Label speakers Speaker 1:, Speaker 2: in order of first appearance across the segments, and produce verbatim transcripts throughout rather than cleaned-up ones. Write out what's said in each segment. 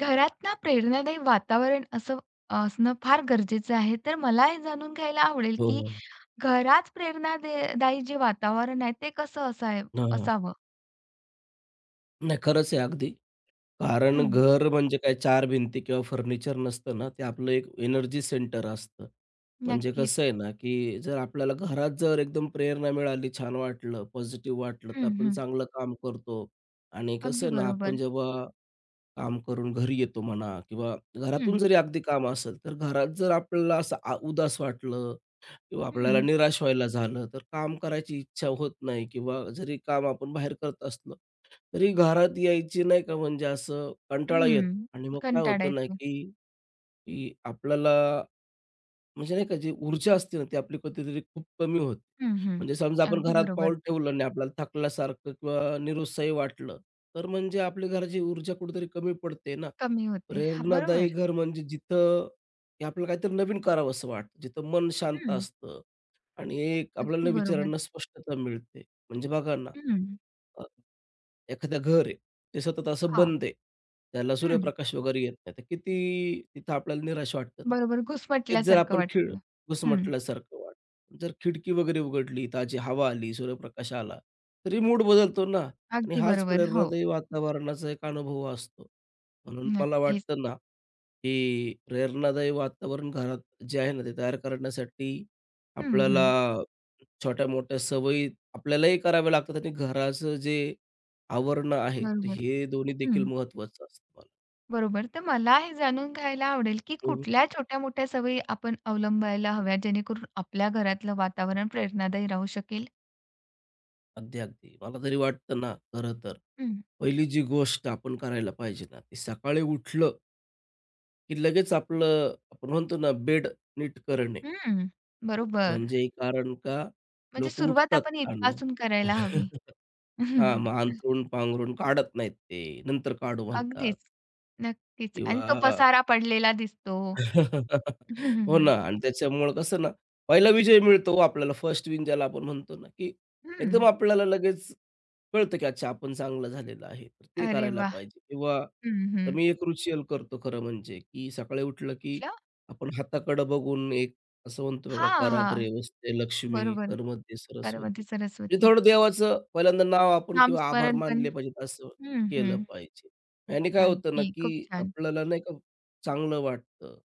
Speaker 1: घरात ना प्रेरणादायी वातावरण असं असणं फार गरजेचं आहे. तर मला हे जाणून घ्यायला आवडेल,
Speaker 2: हो,
Speaker 1: की
Speaker 2: हो.
Speaker 1: घरात प्रेरणादे दायी जे वातावरण आहे ते कसं असाय
Speaker 2: हां,
Speaker 1: असावं?
Speaker 2: नाही खरंच आहे अगदी. कारण
Speaker 1: हं,
Speaker 2: घर म्हणजे काय चार भिंती किंवा फर्निचर नसतं ना, ते आपलं एक एनर्जी सेंटर असतं. म्हणजे कसं
Speaker 1: नक्कीच.
Speaker 2: आहे ना, की जर आपल्याला घरात जर एकदम प्रेरणा मिळाली, छान वाटलं, पॉझिटिव्ह वाटलं, तर
Speaker 1: हं,
Speaker 2: आपण
Speaker 1: हं.
Speaker 2: चांगलं काम करतो. आणि कसं
Speaker 1: अगदी
Speaker 2: आहे ना, आपण
Speaker 1: बरोबर.
Speaker 2: जेव्हा काम करून घरी येतो म्हणा किंवा घरातून
Speaker 1: हं,
Speaker 2: जरी अगदी काम असेल, तर घरात जर आपल्याला असं आ उदास वाटलं किंवा
Speaker 1: हं,
Speaker 2: आपल्याला निराश व्हायला झालं, तर काम करायची इच्छा होत नाही किंवा जरी काम आपण बाहेर करत असलो, तरी घरात यायची नाही का म्हणजे असं कंटाळा येतो
Speaker 1: हं.
Speaker 2: आणि मग काय
Speaker 1: कंटाळा
Speaker 2: होतं ना,
Speaker 1: येतो.
Speaker 2: की की आपल्याला म्हणजे नाही का, जी ऊर्जा असते ना, ती आपली कधीतरी खूप कमी होते.
Speaker 1: हं, हं.
Speaker 2: म्हणजे समजा आपण
Speaker 1: अगदी
Speaker 2: घरात
Speaker 1: बरोबर.
Speaker 2: पाऊल ठेवलं आणि आपल्याला थकल्यासारखं किंवा निरुत्साही वाटलं, तर म्हणजे आपल्या घराची ऊर्जा कुठेतरी कमी पडते ना.
Speaker 1: कमी होते. हां,
Speaker 2: प्रेरणादायी
Speaker 1: बरोबर.
Speaker 2: घर म्हणजे जिथं की आपल्याला काहीतरी नवीन करावंसं वाटतं, जिथं मन शांत
Speaker 1: हं.
Speaker 2: असतं आणि एक
Speaker 1: अगदी
Speaker 2: आपल्याला
Speaker 1: बरोबर.
Speaker 2: विचारांना स्पष्टता मिळते. म्हणजे बघा ना,
Speaker 1: हं.
Speaker 2: अ, एखादं घर आहे. ते सतत असं
Speaker 1: हां.
Speaker 2: बंद त्याला
Speaker 1: हं.
Speaker 2: सूर्यप्रकाश वगैरे येत नाही. तर किती तिथं आपल्याला निराश वाटतं ना.
Speaker 1: बरोबर.
Speaker 2: तेच जर
Speaker 1: घुसमटल्यासारखं
Speaker 2: आपण खिळ
Speaker 1: वाटतं. हं.
Speaker 2: घुसमटल्यासारखं वाटतं. जर खिडकी वगैरे उघडली, ताजी हवा आली, सूर्यप्रकाश आला, तरी मूड बदलतो ना आणि
Speaker 1: अगदी
Speaker 2: हाच
Speaker 1: बरोबर. हो.
Speaker 2: प्रेरणादायी वातावरणाचा एक अनुभव असतो. म्हणून मला
Speaker 1: नक्कीच.
Speaker 2: वाटतं ना, की प्रेरणादायी वातावरण घरात जे आहे ना, ते तयार करण्यासाठी
Speaker 1: हं,
Speaker 2: आपल्याला
Speaker 1: हं.
Speaker 2: छोट्या-मोठ्या सवयी आपल्यालाही कराव्या लागतात आणि घराचं जे आवरण आहे, तर
Speaker 1: बरोबर.
Speaker 2: हे दोन्ही
Speaker 1: हं,
Speaker 2: देखील महत्त्वाचं असतं मला.
Speaker 1: बरोबर. तर मला हे जाणून घ्यायला आवडेल, की
Speaker 2: हं.
Speaker 1: कुठल्या छोट्या-मोठ्या सवयी आपण अवलंबायला हव्या, जेणेकरून आपल्या घरातलं वातावरण प्रेरणादायी राहू शकेल?
Speaker 2: अगदी, अगदी. मला तरी वाटतं ना, खरं तर
Speaker 1: हं.
Speaker 2: पहिली जी गोष्ट आपण करायला पाहिजे ना, ती सकाळी उठलं की लगेच आपलं आपण म्हणतो ना, बेड नीट करणे.
Speaker 1: हं, बरोबर.
Speaker 2: म्हणजे कारण का
Speaker 1: म्हणजे
Speaker 2: लोकं
Speaker 1: सुरुवात
Speaker 2: उठतात
Speaker 1: आपण
Speaker 2: आणि
Speaker 1: इथपासून करायला हवी.
Speaker 2: हां, मग अंथरूण-पांघरूण काढत नाहीत ते. नंतर काढू म्हणतात
Speaker 1: अगदीच, नक्कीच. आणि
Speaker 2: किंवा
Speaker 1: तो पसारा पडलेला दिसतो.
Speaker 2: हो ना आणि त्याच्यामुळं कसं ना, पहिला विजय मिळतो हो आपल्याला फर्स्ट विन ज्याला आपण म्हणतो ना, की
Speaker 1: हं,
Speaker 2: एकदम आपल्याला लगेच कळतं की अच्छा आपण चांगलं झालेलं आहे. तर ते
Speaker 1: अरे
Speaker 2: करायला
Speaker 1: वाह!
Speaker 2: पाहिजे किंवा
Speaker 1: हं,
Speaker 2: तर
Speaker 1: हं.
Speaker 2: मी एक क्रुशियल करतो खरं म्हणजे, की सकाळी उठलं की
Speaker 1: कुठलं?
Speaker 2: आपण हाताकडं बघून एक असं म्हणतो बघा,
Speaker 1: हां,
Speaker 2: कराग्रे
Speaker 1: हां.
Speaker 2: वसते लक्ष्मी,
Speaker 1: बरोबर.
Speaker 2: कर सरस्वती.
Speaker 1: पार्वती
Speaker 2: म्हणजे
Speaker 1: सरस्वती.
Speaker 2: थोडं देवाचं पहिल्यांदा नाव आपण किंवा आभार
Speaker 1: नामस्मरण पण.
Speaker 2: मानले पाहिजेत असं
Speaker 1: हं,
Speaker 2: केलं
Speaker 1: हं.
Speaker 2: पाहिजे. याने काय होतं ना,
Speaker 1: अगदी खूप
Speaker 2: की
Speaker 1: छान.
Speaker 2: आपल्याला नाही का चांगलं वाटतं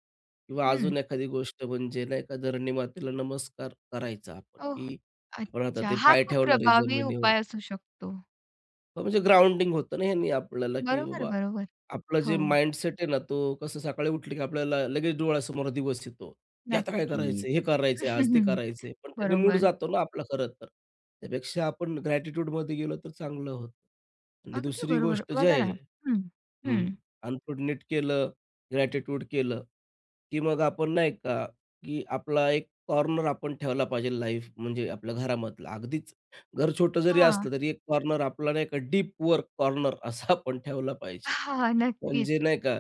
Speaker 2: किंवा
Speaker 1: हं.
Speaker 2: अजून एखादी गोष्ट म्हणजे नाही का धरणी मातेला नमस्कार करायचा आपण,
Speaker 1: ओह!
Speaker 2: की आपण आता
Speaker 1: अच्छा.
Speaker 2: ते
Speaker 1: हा
Speaker 2: पाय
Speaker 1: खूप
Speaker 2: ठेवणार
Speaker 1: प्रभावी
Speaker 2: जमिनीवर.
Speaker 1: उपाय असू शकतो.
Speaker 2: हो, म्हणजे ग्राउंडिंग होतं ना ह्यानी आपल्याला, की
Speaker 1: बरोबर,
Speaker 2: बाबा
Speaker 1: बरोबर.
Speaker 2: आपलं
Speaker 1: हो,
Speaker 2: जे माइंडसेट आहे ना, तो कसं सकाळी उठलं की आपल्याला लगेच डोळ्यासमोर दिवस येतो, की आता काय करायचं,
Speaker 1: नक्कीच.
Speaker 2: हे करायचंय आज, ते करायचंय. पण त्याने मूड
Speaker 1: बरोबर.
Speaker 2: जातो ना आपला खरं तर. त्यापेक्षा आपण ग्रॅटिट्यूडमध्ये गेलो तर चांगलं होतं. आणि
Speaker 1: अगदी
Speaker 2: दुसरी
Speaker 1: बरोबर.
Speaker 2: गोष्ट जी
Speaker 1: बघा ना.
Speaker 2: आहे
Speaker 1: हं,
Speaker 2: हं.
Speaker 1: हं.
Speaker 2: आणि केलं, ग्रॅटिट्यूड केलं, की मग आपण नाही का, की आपला एक कॉर्नर आपण ठेवला पाहिजे लाईफ म्हणजे आपल्या घरामधला. अगदीच घर छोटं जरी
Speaker 1: हां.
Speaker 2: असलं तरी एक कॉर्नर आपला नाही का डीप वर्क कॉर्नर असा आपण ठेवला पाहिजे.
Speaker 1: हां, नक्कीच.
Speaker 2: म्हणजे नाही का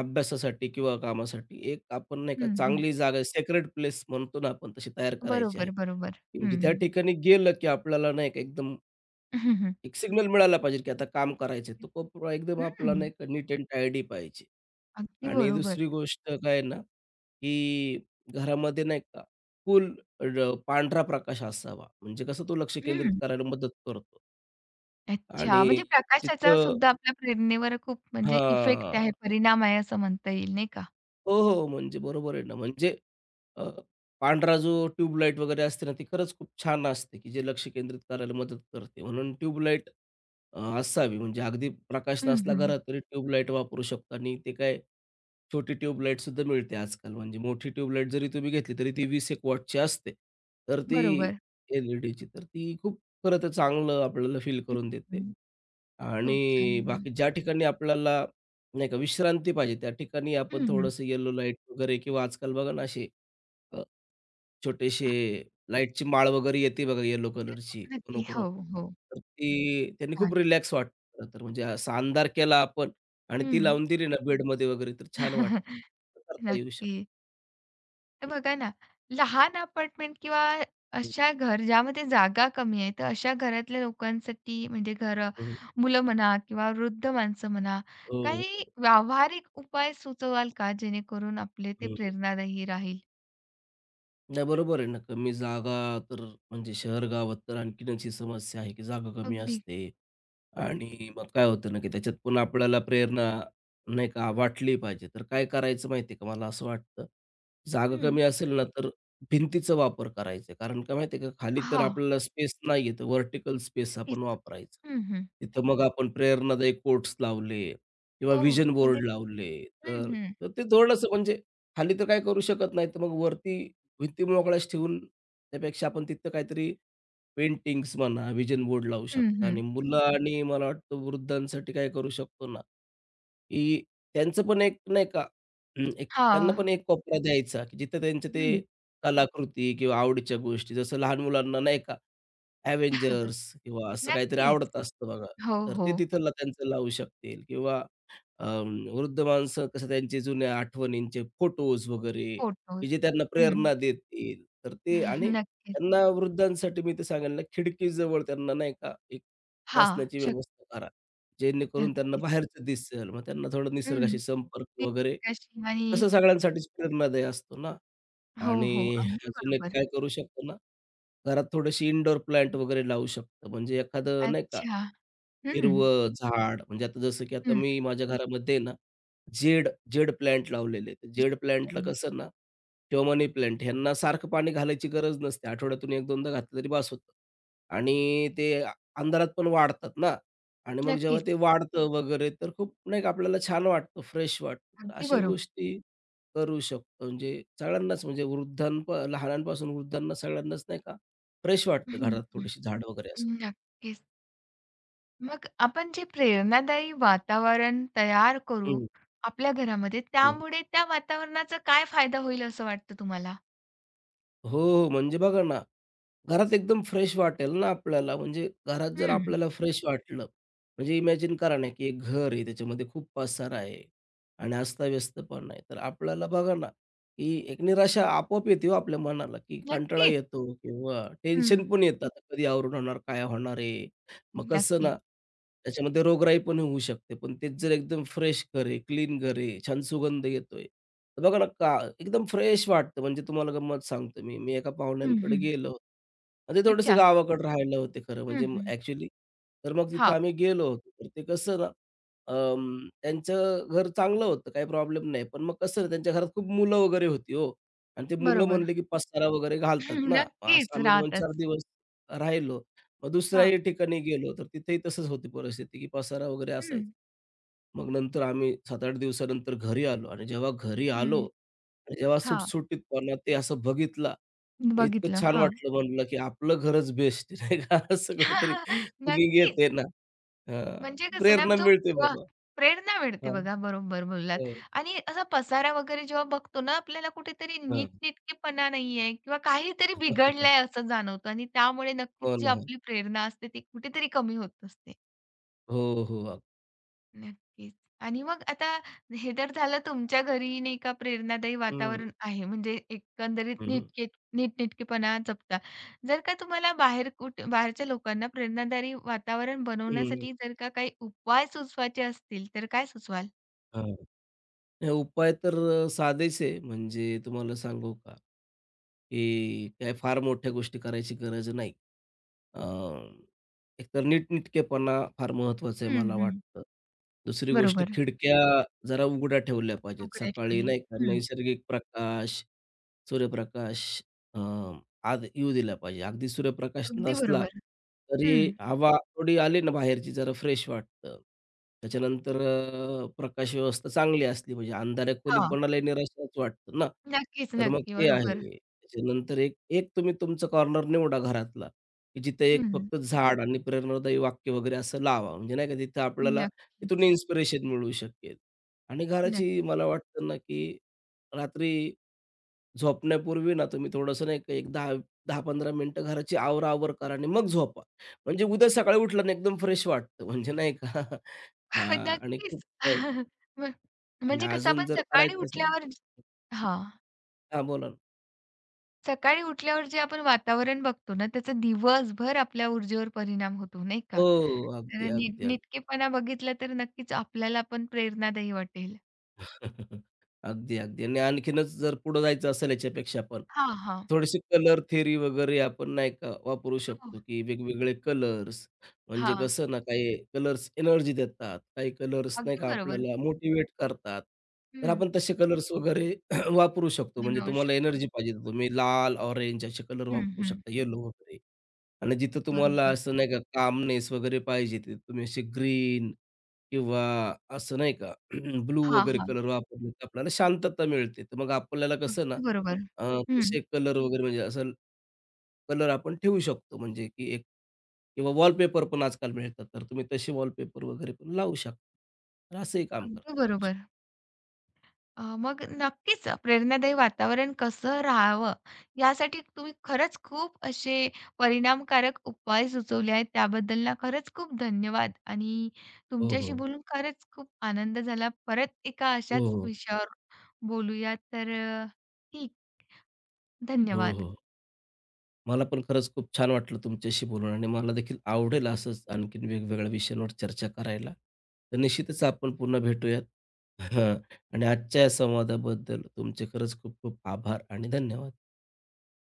Speaker 2: अभ्यासासाठी किंवा कामासाठी एक आपण नाही का
Speaker 1: हं, हं.
Speaker 2: चांगली जागा सेक्रेड प्लेस म्हणतो ना आपण तशी तयार करायची आहे.
Speaker 1: बरोबर, बरोबर.
Speaker 2: की म्हणजे
Speaker 1: हं.
Speaker 2: त्या ठिकाणी गेलं, की आपल्याला नाही का एकदम एक सिग्नल मिळाला पाहिजे, की आता काम करायचंय. तो कोपरा एकदम आपला नाही
Speaker 1: हं.
Speaker 2: का नीट एंड टायडी पाहिजे.
Speaker 1: अगदी
Speaker 2: हं. आणि
Speaker 1: बरोबर.
Speaker 2: दुसरी गोष्ट काय आहे ना, की घरामध्ये नाही का फुल र पांढरा प्रकाश असावा. म्हणजे कसं तो लक्ष केंद्रित
Speaker 1: हं.
Speaker 2: करायला मदत करतो
Speaker 1: अच्छा.
Speaker 2: आणि
Speaker 1: म्हणजे प्रकाशाचा
Speaker 2: तिथं
Speaker 1: सुद्धा आपल्या प्रेरणेवर खूप म्हणजे इफेक्ट
Speaker 2: हां.
Speaker 1: आहे, परिणाम आहे असं म्हणता येईल नाही का?
Speaker 2: हो, हो. हो, म्हणजे बरोबर आहे ना. म्हणजे अ, पांढरा जो ट्यूबलाईट वगैरे असते ना, ती खरंच खूप छान असते, की जे लक्ष केंद्रित करायला मदत करते. म्हणून ट्यूबलाईट अ, असावी. म्हणजे अगदी प्रकाश
Speaker 1: हं,
Speaker 2: नसला
Speaker 1: हं.
Speaker 2: घरात तरी ट्यूबलाईट वापरू शकतो आणि ते काय छोटी ट्यूबलाईट सुद्धा मिळते आजकाल. म्हणजे मोठी ट्यूबलाईट जरी तुम्ही घेतली तरी ती वीस एक वॉटची असते. तर ती
Speaker 1: बरोबर.
Speaker 2: एल-ई-डीची तर ती खूप खरं तर चांगलं आपल्याला फील
Speaker 1: हं,
Speaker 2: करून देते.
Speaker 1: हं.
Speaker 2: आणि
Speaker 1: खूप छान.
Speaker 2: बाकी ज्या ठिकाणी आपल्याला नाही का विश्रांती पाहिजे. त्या ठिकाणी आपण
Speaker 1: हं, हं.
Speaker 2: थोडंसं येलो लाईट वगैरे किंवा आजकाल बघा ना असे अ, छोटेसे लाईटची माळ वगैरे येते बघा येलो कलरची
Speaker 1: नक्कीच, नक्की. हो,
Speaker 2: मोनोक्रोम.
Speaker 1: हो.
Speaker 2: तर ती त्यांनी खूप
Speaker 1: छान.
Speaker 2: रिलॅक्स वाटतं खरं तर म्हणजे असा अंधार केला आपण आणि ती
Speaker 1: हं.
Speaker 2: लावून दिली ना बेडमध्ये वगैरे तर छान वाटतं. करता येऊ शकतं.
Speaker 1: नक्की. तर बघा ना, लहान अपार्टमेंट किंवा
Speaker 2: हं,
Speaker 1: अशा घर ज्यामध्ये जागा कमी आहे, तर अशा घरातल्या लोकांसाठी म्हणजे घर
Speaker 2: हं.
Speaker 1: मुलं म्हणा किंवा वृद्ध माणसं म्हणा,
Speaker 2: हो,
Speaker 1: काही
Speaker 2: हो.
Speaker 1: व्यावहारिक उपाय सुचवाल का जेणेकरून आपले ते
Speaker 2: हं.
Speaker 1: प्रेरणादायी राहील?
Speaker 2: नाही बरोबर आहे ना. कमी जागा तर म्हणजे शहर गावात तर आणखीनच ही समस्या आहे की जागा कमी
Speaker 1: अगदी.
Speaker 2: असते. आणि मग काय होतं ना, की त्याच्यात पण आपल्याला प्रेरणा नाही का वाटली पाहिजे. तर काय करायचं माहिती आहे का, मला असं वाटतं, जागा
Speaker 1: हं.
Speaker 2: कमी असेल ना, तर भिंतीचा वापर करायचा. कारण का माहिती का, खाली तर
Speaker 1: हां.
Speaker 2: आपल्याला स्पेस नाही आहे, तर व्हर्टिकल स्पेस आपण
Speaker 1: नक्कीच.
Speaker 2: वापरायचा.
Speaker 1: हं, हं.
Speaker 2: तिथं मग आपण प्रेरणादायी कोट्स लावले किंवा
Speaker 1: ओह!
Speaker 2: व्हिजन बोर्ड
Speaker 1: म्हणजे
Speaker 2: लावले,
Speaker 1: हं,
Speaker 2: तर
Speaker 1: हं.
Speaker 2: तर ते थोडंसं म्हणजे खाली तर काही करू शकत नाही, तर मग वरती भिंती मोकळ्याच ठेवून त्यापेक्षा आपण तिथं काहीतरी पेंटिंग्स म्हणा, विजन बोर्ड लावू
Speaker 1: हं,
Speaker 2: शकता
Speaker 1: हं.
Speaker 2: आणि मुलं आणि मला वाटतं वृद्धांसाठी काय करू शकतो ना, की त्यांचं पण एक नाही का हम्म, एक त्यांना
Speaker 1: हां.
Speaker 2: पण एक कोपरा द्यायचा, की जिथं त्यांचे ते
Speaker 1: हं.
Speaker 2: कलाकृती किंवा आवडीच्या गोष्टी जसं लहान मुलांना नाही का Avengers किंवा असं काहीतरी
Speaker 1: नक्कीच.
Speaker 2: आवडत असतं बघा,
Speaker 1: हो,
Speaker 2: तर
Speaker 1: हो.
Speaker 2: ते तिथं ला- त्यांचं लावू शकतील किंवा अं, वृद्ध माणसं कसं त्यांचे जुन्या आठवणींचे फोटोज वगैरे, की
Speaker 1: फोटोज.
Speaker 2: जे त्यांना प्रेरणा देतील. तर ते आणि
Speaker 1: नक्कीच.
Speaker 2: त्यांना वृद्धांसाठी मी ते सांगेल ना, खिडकीजवळ त्यांना नाही का एक
Speaker 1: हा,
Speaker 2: बसण्याची
Speaker 1: शक
Speaker 2: व्यवस्था करा. जेणेकरून त्यांना
Speaker 1: नक्कीच.
Speaker 2: बाहेरचं दिसेल. मग त्यांना थोडं
Speaker 1: हं.
Speaker 2: निसर्गाशी संपर्क वगैरे,
Speaker 1: निष्कर्षी आणि
Speaker 2: कसं सगळ्यांसाठीच प्रेरणादायी असतो ना.
Speaker 1: हो,
Speaker 2: आणि
Speaker 1: हो. अगदी
Speaker 2: अजून एक
Speaker 1: बरोबर.
Speaker 2: काय करू शकतो ना, घरात थोडेसे इनडोअर प्लांट वगैरे लावू शकतो. म्हणजे एखादं नाही का,
Speaker 1: अच्छा. हं,
Speaker 2: हिरवं झाड म्हणजे आता जसं की आता
Speaker 1: हं.
Speaker 2: मी माझ्या घरामध्ये ना, जेड जेड प्लांट लावलेले आहेत. जेड प्लांटला कसं ना किंवा मनी प्लांट ह्यांना सारखं पाणी घालायची गरज नसते. आठवड्यातून एक दोनदा घातलं तरी बास होतं. आणि ते अ, अंधारात पण वाढतात ना आणि मग जेव्हा ते
Speaker 1: नक्कीच.
Speaker 2: वाढतं वगैरे तर खूप नाही का आपल्याला छान वाटतं, फ्रेश वाटतं. तर
Speaker 1: अगदी
Speaker 2: अशा
Speaker 1: बरोबर.
Speaker 2: गोष्टी करू शकतो. म्हणजे सगळ्यांनाच म्हणजे वृद्धांप लहानांपासून वृद्धांना सगळ्यांनाच नाही का फ्रेश वाटतं
Speaker 1: हं,
Speaker 2: घरात
Speaker 1: हं.
Speaker 2: थोडीशी झाडं वगैरे असं.
Speaker 1: नक्कीच. मग आपण जे प्रेरणादायी वातावरण तयार करू
Speaker 2: हं,
Speaker 1: आपल्या घरामध्ये, त्यामुळे त्या वातावरणाचा काय फायदा होईल असं वाटतं तुम्हाला?
Speaker 2: हो, हो. म्हणजे बघा ना, घरात एकदम फ्रेश वाटेल ना आपल्याला. म्हणजे घरात जर
Speaker 1: हं.
Speaker 2: आपल्याला फ्रेश वाटलं, म्हणजे इमॅजिन करा ना, की एक घर आहे, त्याच्यामध्ये खूप पसारा आहे आणि अस्ताव्यस्त पण आहे. तर आपल्याला बघा ना, की एक निराशा आपोआप येते हो आपल्या मनाला, की कंटाळा
Speaker 1: नक्कीच.
Speaker 2: येतो किंवा
Speaker 1: हं.
Speaker 2: टेन्शन पण येतं. आता कधी आवरून होणार, काय होणार आहे? मग कसं
Speaker 1: नक्की.
Speaker 2: ना, त्याच्यामध्ये रोगराई पण होऊ शकते. पण तेच जर एकदम फ्रेश घर आहे, क्लीन घर आहे, छान सुगंध येतोय, तर बघा ना, का एकदम फ्रेश वाटतं. म्हणजे तुम्हाला गंमत सांगतो मी. मी एका
Speaker 1: हं,
Speaker 2: पाहुण्यांकडे
Speaker 1: हं.
Speaker 2: गेलो आणि ते थोडंसं
Speaker 1: अच्छा.
Speaker 2: गावाकडे राहायला होते खरं
Speaker 1: हं,
Speaker 2: म्हणजे
Speaker 1: हं.
Speaker 2: ॲक्चुअली. तर मग तिथं
Speaker 1: हां.
Speaker 2: आम्ही गेलो होतो. तर ते कसं ना, अं, त्यांचं घर चांगलं होतं, काही प्रॉब्लेम नाही. पण मग कसं ना, त्यांच्या घरात खूप मुलं वगैरे होती हो आणि ते मुलं
Speaker 1: बरोबर.
Speaker 2: म्हणले की पसारा वगैरे घालतात ना. मग असं
Speaker 1: नक्कीच
Speaker 2: आम्ही दोन चार
Speaker 1: राहतच.
Speaker 2: दिवस राहिलो. मग
Speaker 1: हां.
Speaker 2: दुसऱ्याही ठिकाणी गेलो, तर तिथेही तसंच होती परिस्थिती की पसारा वगैरे
Speaker 1: हं,
Speaker 2: असायचा. मग नंतर आम्ही सात आठ दिवसानंतर घरी आलो आणि जेव्हा घरी
Speaker 1: हं.
Speaker 2: आलो जेव्हा
Speaker 1: हां,
Speaker 2: सुटसुटीतपणा ते असं बघितला, तर इतकं
Speaker 1: बघितलं.
Speaker 2: छान
Speaker 1: हां.
Speaker 2: वाटलं म्हणलं, की आपलं घरच बेस्ट नाही का? असं कुठेतरी फिलिंग
Speaker 1: नक्कीच.
Speaker 2: येते ना. हां,
Speaker 1: म्हणजे कसं ना,
Speaker 2: प्रेरणा
Speaker 1: जो
Speaker 2: मिळते
Speaker 1: वाह!
Speaker 2: बाबा.
Speaker 1: प्रेरणा मिळते
Speaker 2: हां,
Speaker 1: बघा, बरोबर बोललात.
Speaker 2: हो.
Speaker 1: आणि असा पसारा वगैरे जेव्हा बघतो ना, आपल्याला कुठेतरी
Speaker 2: हं.
Speaker 1: नीटनेटकेपणा नाहीये किंवा काहीतरी बिघडलंय असं जाणवतं आणि त्यामुळे नक्कीच
Speaker 2: हो
Speaker 1: जी
Speaker 2: ना.
Speaker 1: आपली प्रेरणा असते ती कुठेतरी कमी होत असते.
Speaker 2: हो, हो.
Speaker 1: नक्कीच. आणि मग आता हे तर झालं तुमच्या घरी नाही का प्रेरणादायी
Speaker 2: हं,
Speaker 1: वातावरण आहे म्हणजे एकंदरीत
Speaker 2: हं, हं.
Speaker 1: नीटके नीटनेटकेपणा जपता. जर का तुम्हाला बाहेर कुठ बाहेरच्या लोकांना प्रेरणादायी वातावरण बनवण्यासाठी जर का काही उपाय सुचवायचे असतील तर काय सुचवाल?
Speaker 2: हं. हे उपाय तर अ, साधेच आहे. म्हणजे तुम्हाला सांगू का, की काय फार मोठ्या गोष्टी करायची गरज नाही. अ, एकतर नीटनेटकेपणा फार महत्वाचा आहे
Speaker 1: हं,
Speaker 2: मला
Speaker 1: हं.
Speaker 2: वाटतं. दुसरी गोष्ट
Speaker 1: बरोबर.
Speaker 2: खिडक्या जरा उघड्या ठेवल्या पाहिजेत.
Speaker 1: उघड्या
Speaker 2: सकाळी
Speaker 1: ठेवणे.
Speaker 2: नाही का
Speaker 1: हं.
Speaker 2: नैसर्गिक प्रकाश सूर्यप्रकाश अ, आज येऊ दिला पाहिजे. अगदी सूर्यप्रकाश
Speaker 1: अगदी
Speaker 2: नसला
Speaker 1: बरोबर.
Speaker 2: तरी
Speaker 1: हं.
Speaker 2: हवा थोडी आली ना बाहेरची जरा फ्रेश वाटतं. त्याच्यानंतर अ, प्रकाश व्यवस्था चांगली असली पाहिजे. अंधाऱ्या खोलीत
Speaker 1: हां.
Speaker 2: कोणालाही निराशाच वाटतं ना.
Speaker 1: नक्कीच,
Speaker 2: तर मग
Speaker 1: नक्की.
Speaker 2: ते
Speaker 1: बरोबर.
Speaker 2: आहे. त्याच्यानंतर एक एक तुम्ही तुमचा कॉर्नर निवडा घरातला, की जिथे एक
Speaker 1: हं.
Speaker 2: फक्त झाड आणि प्रेरणादायी वाक्य वगैरे असं लावा. म्हणजे नाही का तिथं आपल्याला तिथून
Speaker 1: नक्कीच.
Speaker 2: इन्स्पिरेशन मिळू शकेल. आणि
Speaker 1: नक्की.
Speaker 2: घराची मला वाटतं ना, की रात्री झोपण्यापूर्वी ना तुम्ही थोडंसं नाही का एक दहा दहा-पंधरा मिनिटं घराची आवर-आवर करा आणि मग झोपा. म्हणजे उद्या सकाळी उठलं ना एकदम फ्रेश वाटतं म्हणजे नाही का हां आणि
Speaker 1: नक्कीच.
Speaker 2: खूप नाही
Speaker 1: म्ह
Speaker 2: आणि
Speaker 1: म्हणजे कसं
Speaker 2: अजून
Speaker 1: आपण
Speaker 2: जर
Speaker 1: सकाळी
Speaker 2: करायचं असेल
Speaker 1: उठल्यावर हां.
Speaker 2: हां, बोला ना.
Speaker 1: सकाळी उठल्यावर जे आपण वातावरण बघतो ना, त्याचा दिवसभर आपल्या ऊर्जेवर परिणाम होतो, नाही
Speaker 2: हो,
Speaker 1: का?
Speaker 2: अगदी,
Speaker 1: तर
Speaker 2: अगदी, अगदी.
Speaker 1: नीटनेटकेपणा बघितला तर नक्कीच आपल्याला पण प्रेरणादायी वाटेल.
Speaker 2: अगदी, अगदी. आणि आणखीनच जर पुढं जायचं असेल याच्यापेक्षा पण,
Speaker 1: हां, हां.
Speaker 2: थोडीशी कलर थेरी वगैरे आपण नाही का वापरू
Speaker 1: हो.
Speaker 2: शकतो, की वेगवेगळे कलर्स म्हणजे
Speaker 1: हां.
Speaker 2: कसं ना, काही कलर्स एनर्जी देतात, काही कलर्स नाही
Speaker 1: अगदी
Speaker 2: का
Speaker 1: बरोबर.
Speaker 2: आपल्याला मोटिवेट करतात. तर
Speaker 1: हं.
Speaker 2: आपण तसे कलर्स वगैरे वापरू शकतो. म्हणजे
Speaker 1: बनवू
Speaker 2: तुम्हाला
Speaker 1: शकतो.
Speaker 2: एनर्जी पाहिजे, तर तुम्ही लाल, ऑरेंज असे कलर
Speaker 1: हं,
Speaker 2: वापरू
Speaker 1: हं.
Speaker 2: शकता, येलो वगैरे. आणि जिथं तुम्हाला
Speaker 1: बरोबर.
Speaker 2: असं नाही का कामनेस वगैरे पाहिजे, तिथे तुम्ही असे ग्रीन किंवा असं नाही का ब्लू
Speaker 1: हां,
Speaker 2: वगैरे
Speaker 1: हां.
Speaker 2: कलर वापरले, तर आपल्याला शांतता मिळते. तर मग आपल्याला कसं ना
Speaker 1: अगदी बरोबर.
Speaker 2: अ,
Speaker 1: हं.
Speaker 2: तसे कलर वगैरे म्हणजे असं कलर आपण ठेवू शकतो म्हणजे की एक किंवा वॉलपेपर पण आजकाल मिळतात. तर तुम्ही तसे वॉलपेपर वगैरे पण लावू शकता. तर असंही काम
Speaker 1: अगदी
Speaker 2: करता येऊ शकतं.
Speaker 1: बरोबर. अ, मग नक्कीच प्रेरणादायी वातावरण कसं राहावं यासाठी तुम्ही खरंच खूप असे परिणामकारक उपाय सुचवले आहेत त्याबद्दल ना खरंच खूप धन्यवाद आणि
Speaker 2: हो, हो.
Speaker 1: तुमच्याशी बोलून खरंच खूप आनंद झाला परत एका
Speaker 2: हो,
Speaker 1: अशाच
Speaker 2: हो.
Speaker 1: विषयावर बोलूया तर अ, ठीक
Speaker 2: हो,
Speaker 1: धन्यवाद.
Speaker 2: हो. मला पण खरंच खूप छान वाटलं तुमच्याशी बोलून आणि मला देखील आवडेल असंच आणखीन वेगवेगळ्या विषयांवर चर्चा करायला. तर निश्चितच आपण पुन्हा भेटूयात. हां आणि आजच्या या संवादाबद्दल तुमचे खरंच खूप खूप आभार आणि धन्यवाद.